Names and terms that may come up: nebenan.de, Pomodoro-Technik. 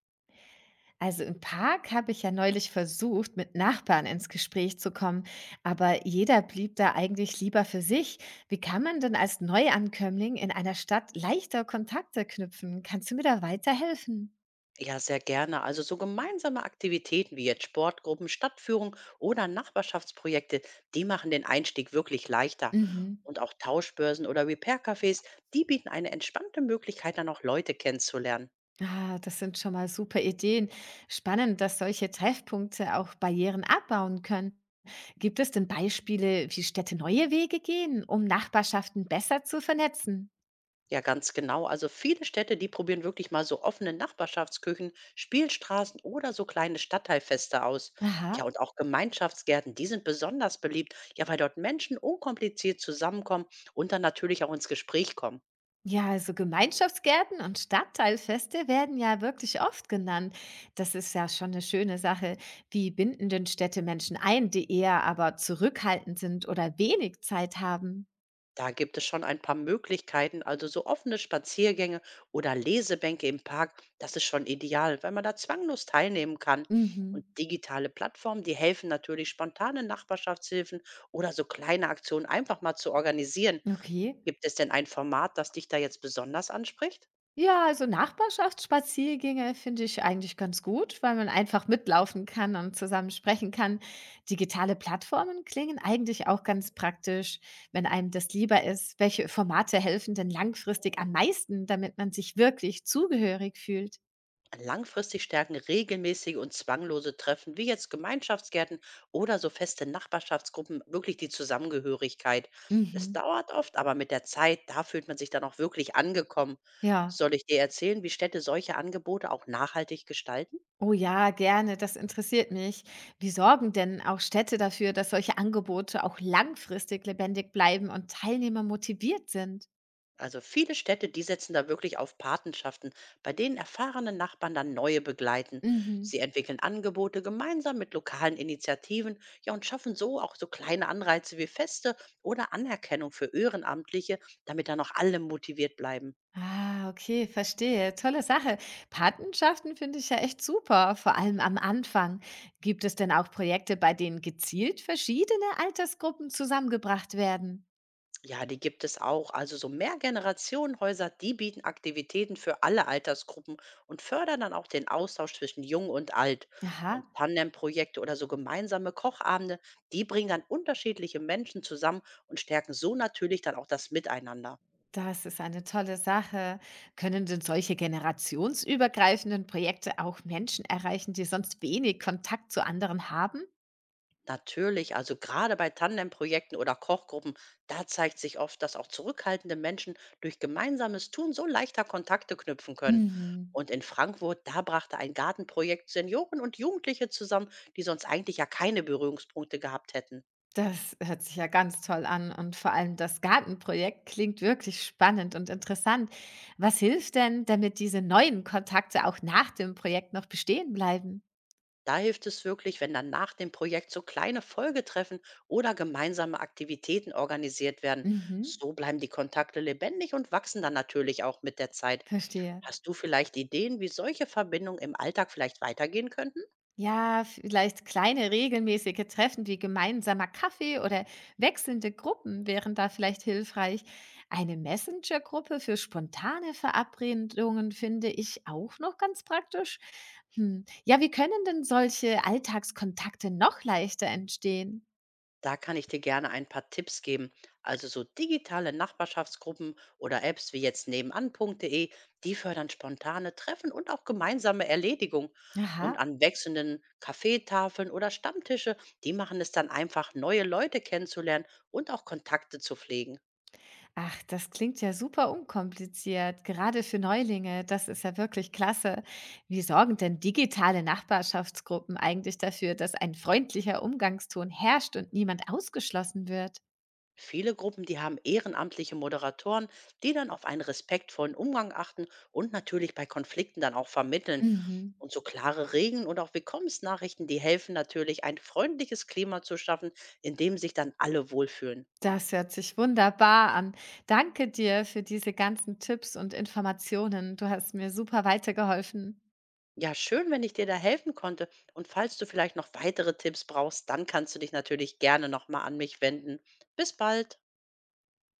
Also im Park habe ich ja neulich versucht, mit Nachbarn ins Gespräch zu kommen, aber jeder blieb da eigentlich lieber für sich. Wie kann man denn als Neuankömmling in einer Stadt leichter Kontakte knüpfen? Kannst du mir da weiterhelfen? Ja, sehr gerne. Also so gemeinsame Aktivitäten wie jetzt Sportgruppen, Stadtführung oder Nachbarschaftsprojekte, die machen den Einstieg wirklich leichter. Mhm. Und auch Tauschbörsen oder Repair-Cafés, die bieten eine entspannte Möglichkeit, dann auch Leute kennenzulernen. Ah, das sind schon mal super Ideen. Spannend, dass solche Treffpunkte auch Barrieren abbauen können. Gibt es denn Beispiele, wie Städte neue Wege gehen, um Nachbarschaften besser zu vernetzen? Ja, ganz genau. Also viele Städte, die probieren wirklich mal so offene Nachbarschaftsküchen, Spielstraßen oder so kleine Stadtteilfeste aus. Aha. Ja, und auch Gemeinschaftsgärten, die sind besonders beliebt, ja, weil dort Menschen unkompliziert zusammenkommen und dann natürlich auch ins Gespräch kommen. Ja, also Gemeinschaftsgärten und Stadtteilfeste werden ja wirklich oft genannt. Das ist ja schon eine schöne Sache. Wie binden denn Städte Menschen ein, die eher aber zurückhaltend sind oder wenig Zeit haben? Da gibt es schon ein paar Möglichkeiten, also so offene Spaziergänge oder Lesebänke im Park, das ist schon ideal, weil man da zwanglos teilnehmen kann. Mhm. Und digitale Plattformen, die helfen natürlich, spontane Nachbarschaftshilfen oder so kleine Aktionen einfach mal zu organisieren. Okay. Gibt es denn ein Format, das dich da jetzt besonders anspricht? Ja, also Nachbarschaftsspaziergänge finde ich eigentlich ganz gut, weil man einfach mitlaufen kann und zusammen sprechen kann. Digitale Plattformen klingen eigentlich auch ganz praktisch, wenn einem das lieber ist. Welche Formate helfen denn langfristig am meisten, damit man sich wirklich zugehörig fühlt? Langfristig stärken regelmäßige und zwanglose Treffen, wie jetzt Gemeinschaftsgärten oder so feste Nachbarschaftsgruppen, wirklich die Zusammengehörigkeit. Es Mhm. dauert oft, aber mit der Zeit, da fühlt man sich dann auch wirklich angekommen. Ja. Soll ich dir erzählen, wie Städte solche Angebote auch nachhaltig gestalten? Oh ja, gerne, das interessiert mich. Wie sorgen denn auch Städte dafür, dass solche Angebote auch langfristig lebendig bleiben und Teilnehmer motiviert sind? Also viele Städte, die setzen da wirklich auf Patenschaften, bei denen erfahrene Nachbarn dann neue begleiten. Mhm. Sie entwickeln Angebote gemeinsam mit lokalen Initiativen, ja und schaffen so auch so kleine Anreize wie Feste oder Anerkennung für Ehrenamtliche, damit dann auch alle motiviert bleiben. Ah, okay, verstehe. Tolle Sache. Patenschaften finde ich ja echt super, vor allem am Anfang. Gibt es denn auch Projekte, bei denen gezielt verschiedene Altersgruppen zusammengebracht werden? Ja, die gibt es auch. Also so Mehrgenerationenhäuser, die bieten Aktivitäten für alle Altersgruppen und fördern dann auch den Austausch zwischen Jung und Alt. Und Aha, Tandemprojekte oder so gemeinsame Kochabende, die bringen dann unterschiedliche Menschen zusammen und stärken so natürlich dann auch das Miteinander. das ist eine tolle Sache. Können denn solche generationsübergreifenden Projekte auch Menschen erreichen, die sonst wenig Kontakt zu anderen haben? Natürlich, also gerade bei Tandemprojekten oder Kochgruppen, da zeigt sich oft, dass auch zurückhaltende Menschen durch gemeinsames Tun so leichter Kontakte knüpfen können. Mhm. Und in Frankfurt, da brachte ein Gartenprojekt Senioren und Jugendliche zusammen, die sonst eigentlich ja keine Berührungspunkte gehabt hätten. Das hört sich ja ganz toll an und vor allem das Gartenprojekt klingt wirklich spannend und interessant. Was hilft denn, damit diese neuen Kontakte auch nach dem Projekt noch bestehen bleiben? Da hilft es wirklich, wenn dann nach dem Projekt so kleine Folgetreffen oder gemeinsame Aktivitäten organisiert werden. Mhm, So bleiben die Kontakte lebendig und wachsen dann natürlich auch mit der Zeit. verstehe. Hast du vielleicht Ideen, wie solche Verbindungen im Alltag vielleicht weitergehen könnten? Ja, vielleicht kleine regelmäßige Treffen wie gemeinsamer Kaffee oder wechselnde Gruppen wären da vielleicht hilfreich. Eine Messenger-Gruppe für spontane Verabredungen finde ich auch noch ganz praktisch. Hm. Ja, wie können denn solche Alltagskontakte noch leichter entstehen? Da kann ich dir gerne ein paar Tipps geben. Also so digitale Nachbarschaftsgruppen oder Apps wie jetzt nebenan.de, die fördern spontane Treffen und auch gemeinsame Erledigung. Und Aha. an wechselnden Kaffeetafeln oder Stammtische, die machen es dann einfach, neue Leute kennenzulernen und auch Kontakte zu pflegen. Ach, das klingt ja super unkompliziert, gerade für Neulinge. Das ist ja wirklich klasse. Wie sorgen denn digitale Nachbarschaftsgruppen eigentlich dafür, dass ein freundlicher Umgangston herrscht und niemand ausgeschlossen wird? Viele Gruppen, die haben ehrenamtliche Moderatoren, die dann auf einen respektvollen Umgang achten und natürlich bei Konflikten dann auch vermitteln. Mhm. Und so klare Regeln und auch Willkommensnachrichten, die helfen natürlich, ein freundliches Klima zu schaffen, in dem sich dann alle wohlfühlen. Das hört sich wunderbar an. Danke dir für diese ganzen Tipps und Informationen. Du hast mir super weitergeholfen. Ja, schön, wenn ich dir da helfen konnte. Und falls du vielleicht noch weitere Tipps brauchst, dann kannst du dich natürlich gerne nochmal an mich wenden. Bis bald.